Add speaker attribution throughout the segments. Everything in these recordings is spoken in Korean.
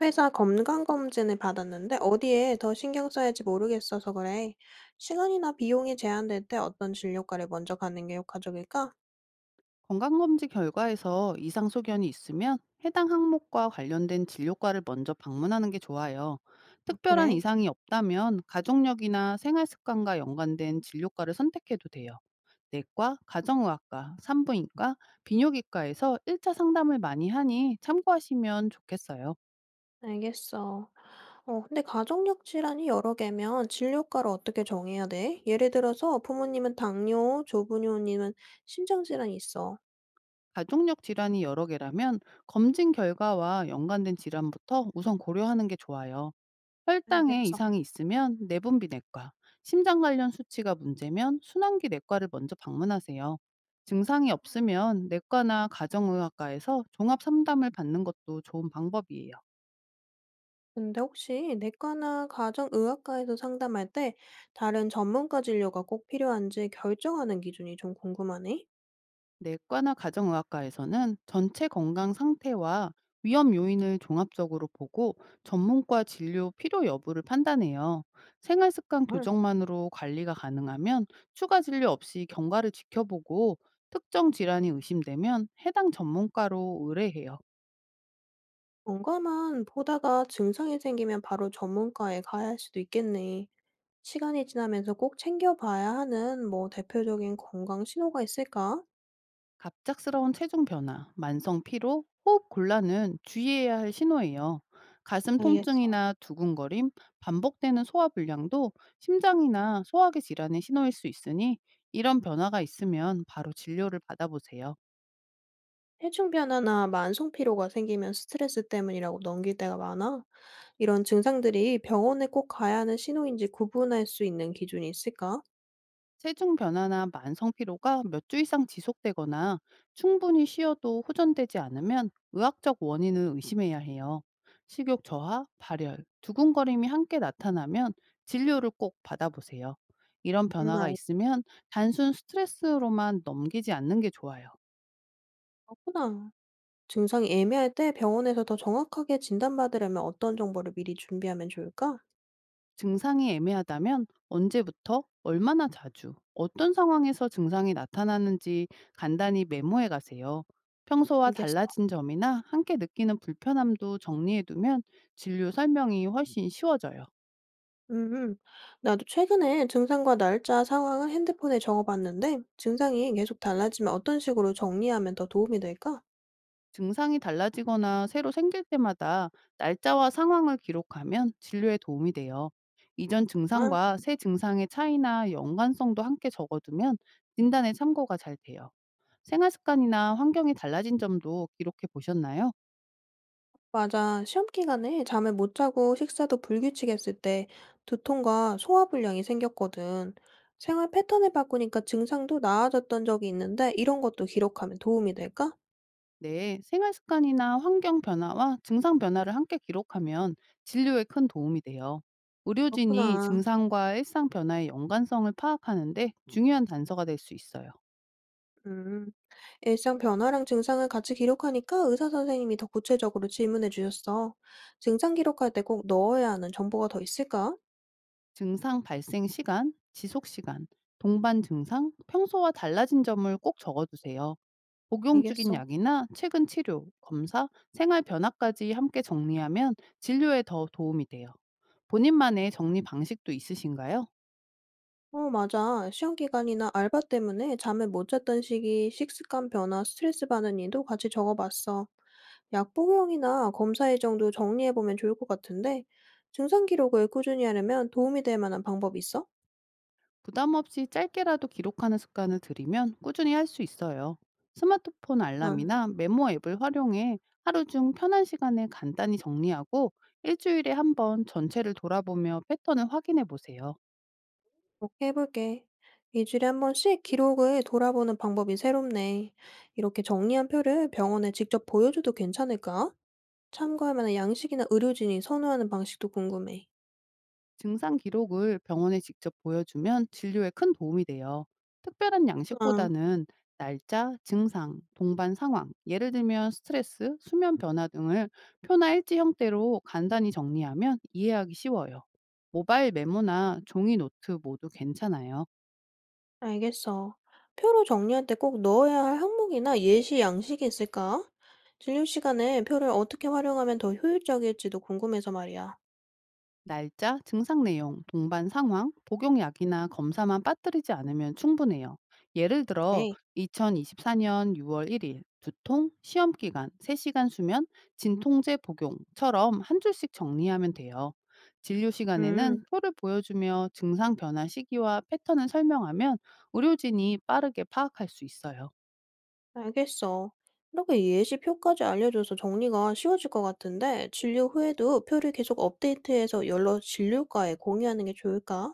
Speaker 1: 회사 건강검진을 받았는데 어디에 더 신경 써야지 모르겠어서 그래. 시간이나 비용이 제한될 때 어떤 진료과를 먼저 가는 게 효과적일까?
Speaker 2: 건강검진 결과에서 이상 소견이 있으면 해당 항목과 관련된 진료과를 먼저 방문하는 게 좋아요.
Speaker 1: 아,
Speaker 2: 특별한
Speaker 1: 그래.
Speaker 2: 이상이 없다면 가족력이나 생활습관과 연관된 진료과를 선택해도 돼요. 내과, 가정의학과, 산부인과, 비뇨기과에서 1차 상담을 많이 하니 참고하시면 좋겠어요.
Speaker 1: 알겠어. 근데 가족력 질환이 여러 개면 진료과를 어떻게 정해야 돼? 예를 들어서 부모님은 당뇨, 조부모님은 심장질환이 있어.
Speaker 2: 가족력 질환이 여러 개라면 검진 결과와 연관된 질환부터 우선 고려하는 게 좋아요. 혈당에
Speaker 1: 알겠어.
Speaker 2: 이상이 있으면 내분비 내과, 심장 관련 수치가 문제면 순환기 내과를 먼저 방문하세요. 증상이 없으면 내과나 가정의학과에서 종합 상담을 받는 것도 좋은 방법이에요.
Speaker 1: 근데 혹시 내과나 가정의학과에서 상담할 때 다른 전문가 진료가 꼭 필요한지 결정하는 기준이 좀 궁금하네?
Speaker 2: 내과나 가정의학과에서는 전체 건강 상태와 위험 요인을 종합적으로 보고 전문과 진료 필요 여부를 판단해요. 생활 습관 교정만으로 관리가 가능하면 추가 진료 없이 경과를 지켜보고 특정 질환이 의심되면 해당 전문가로 의뢰해요.
Speaker 1: 경과만 보다가 증상이 생기면 바로 전문가에 가야 할 수도 있겠네. 시간이 지나면서 꼭 챙겨봐야 하는 뭐 대표적인 건강 신호가 있을까?
Speaker 2: 갑작스러운 체중 변화, 만성 피로, 호흡 곤란은 주의해야 할 신호예요. 가슴
Speaker 1: 알겠어.
Speaker 2: 통증이나 두근거림, 반복되는 소화 불량도 심장이나 소화기 질환의 신호일 수 있으니 이런 변화가 있으면 바로 진료를 받아보세요.
Speaker 1: 체중 변화나 만성 피로가 생기면 스트레스 때문이라고 넘길 때가 많아. 이런 증상들이 병원에 꼭 가야 하는 신호인지 구분할 수 있는 기준이 있을까?
Speaker 2: 체중 변화나 만성 피로가 몇 주 이상 지속되거나 충분히 쉬어도 호전되지 않으면 의학적 원인을 의심해야 해요. 식욕 저하, 발열, 두근거림이 함께 나타나면 진료를 꼭 받아보세요. 이런
Speaker 1: 아,
Speaker 2: 변화가 있으면 단순 스트레스로만 넘기지 않는 게 좋아요.
Speaker 1: 그렇구나. 증상이 애매할 때 병원에서 더 정확하게 진단받으려면 어떤 정보를 미리 준비하면 좋을까?
Speaker 2: 증상이 애매하다면 언제부터, 얼마나 자주, 어떤 상황에서 증상이 나타나는지 간단히 메모해 가세요. 평소와
Speaker 1: 알겠어.
Speaker 2: 달라진 점이나 함께 느끼는 불편함도 정리해 두면 진료 설명이 훨씬 쉬워져요.
Speaker 1: 음, 나도 최근에 증상과 날짜, 상황을 핸드폰에 적어봤는데, 증상이 계속 달라지면 어떤 식으로 정리하면 더 도움이 될까?
Speaker 2: 증상이 달라지거나 새로 생길 때마다 날짜와 상황을 기록하면 진료에 도움이 돼요. 이전
Speaker 1: 정말?
Speaker 2: 증상과 새 증상의 차이나 연관성도 함께 적어두면 진단에 참고가 잘 돼요. 생활 습관이나 환경이 달라진 점도 기록해 보셨나요?
Speaker 1: 맞아. 시험 기간에 잠을 못 자고 식사도 불규칙했을 때 두통과 소화불량이 생겼거든. 생활 패턴을 바꾸니까 증상도 나아졌던 적이 있는데, 이런 것도 기록하면 도움이 될까?
Speaker 2: 네, 생활 습관이나 환경 변화와 증상 변화를 함께 기록하면 진료에 큰 도움이 돼요. 의료진이
Speaker 1: 그렇구나.
Speaker 2: 증상과 일상 변화의 연관성을 파악하는데 중요한 단서가 될 수 있어요.
Speaker 1: 음, 일상 변화랑 증상을 같이 기록하니까 의사 선생님이 더 구체적으로 질문해 주셨어. 증상 기록할 때 꼭 넣어야 하는 정보가 더 있을까?
Speaker 2: 증상 발생 시간, 지속 시간, 동반 증상, 평소와 달라진 점을 꼭 적어두세요. 복용 중인
Speaker 1: 알겠어.
Speaker 2: 약이나 최근 치료, 검사, 생활 변화까지 함께 정리하면 진료에 더 도움이 돼요. 본인만의 정리 방식도 있으신가요?
Speaker 1: 어, 맞아. 시험 기간이나 알바 때문에 잠을 못 잤던 시기, 식습관 변화, 스트레스 받는 일도 같이 적어봤어. 약 복용이나 검사 일정도 정리해 보면 좋을 것 같은데, 증상 기록을 꾸준히 하려면 도움이 될 만한 방법 있어?
Speaker 2: 부담 없이 짧게라도 기록하는 습관을 들이면 꾸준히 할 수 있어요. 스마트폰
Speaker 1: 응.
Speaker 2: 알람이나 메모 앱을 활용해 하루 중 편한 시간에 간단히 정리하고 일주일에 한번 전체를 돌아보며 패턴을 확인해 보세요.
Speaker 1: 꼭 해볼게. 이 주일에 한 번씩 기록을 돌아보는 방법이 새롭네. 이렇게 정리한 표를 병원에 직접 보여줘도 괜찮을까? 참고할 만한 양식이나 의료진이 선호하는 방식도 궁금해.
Speaker 2: 증상 기록을 병원에 직접 보여주면 진료에 큰 도움이 돼요. 특별한
Speaker 1: 아,
Speaker 2: 양식보다는 날짜, 증상, 동반 상황, 예를 들면 스트레스, 수면 변화 등을 표나 일지 형태로 간단히 정리하면 이해하기 쉬워요. 모바일 메모나 종이 노트 모두 괜찮아요.
Speaker 1: 알겠어. 표로 정리할 때 꼭 넣어야 할 항목이나 예시 양식이 있을까? 진료 시간에 표를 어떻게 활용하면 더 효율적일지도 궁금해서 말이야.
Speaker 2: 날짜, 증상 내용, 동반 상황, 복용약이나 검사만 빠뜨리지 않으면 충분해요. 예를 들어
Speaker 1: 네.
Speaker 2: 2024년 6월 1일 두통, 시험 기간, 3시간 수면, 진통제 복용처럼 한 줄씩 정리하면 돼요. 진료 시간에는
Speaker 1: 음.
Speaker 2: 표를 보여주며 증상 변화 시기와 패턴을 설명하면 의료진이 빠르게 파악할 수 있어요.
Speaker 1: 알겠어. 이렇게 예시표까지 알려줘서 정리가 쉬워질 것 같은데, 진료 후에도 표를 계속 업데이트해서 여러 진료과에 공유하는 게 좋을까?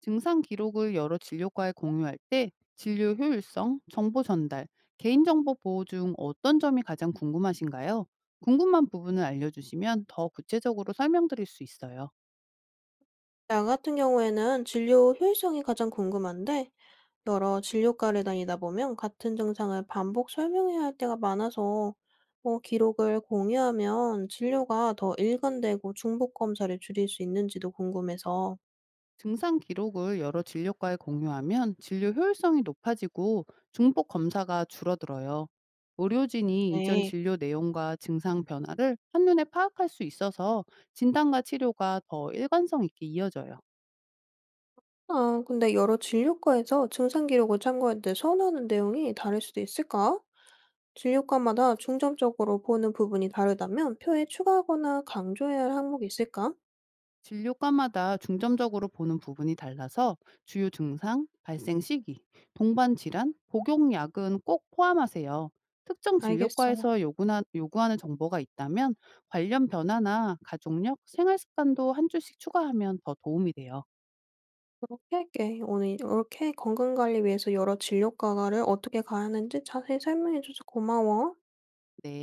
Speaker 2: 증상 기록을 여러 진료과에 공유할 때 진료 효율성, 정보 전달, 개인정보 보호 중 어떤 점이 가장 궁금하신가요? 궁금한 부분을 알려주시면 더 구체적으로 설명드릴 수 있어요.
Speaker 1: 나 같은 경우에는 진료 효율성이 가장 궁금한데, 여러 진료과를 다니다 보면 같은 증상을 반복 설명해야 할 때가 많아서, 뭐 기록을 공유하면 진료가 더 일관되고 중복 검사를 줄일 수 있는지도 궁금해서.
Speaker 2: 증상 기록을 여러 진료과에 공유하면 진료 효율성이 높아지고 중복 검사가 줄어들어요. 의료진이 이전
Speaker 1: 네.
Speaker 2: 진료 내용과 증상 변화를 한눈에 파악할 수 있어서 진단과 치료가 더 일관성 있게 이어져요.
Speaker 1: 아, 근데 여러 진료과에서 증상 기록을 참고할 때 선호하는 내용이 다를 수도 있을까? 진료과마다 중점적으로 보는 부분이 다르다면 표에 추가하거나 강조해야 할 항목이 있을까?
Speaker 2: 진료과마다 중점적으로 보는 부분이 달라서 주요 증상, 발생 시기, 동반 질환, 복용 약은 꼭 포함하세요. 특정
Speaker 1: 알겠어.
Speaker 2: 진료과에서 요구나, 요구하는 정보가 있다면 관련 변화나 가족력, 생활 습관도 한 줄씩 추가하면 더 도움이 돼요.
Speaker 1: 그렇게 할게. 오늘 이렇게 건강관리 위해서 여러 진료과를 어떻게 가야 하는지 자세히 설명해줘서 고마워.
Speaker 2: 네.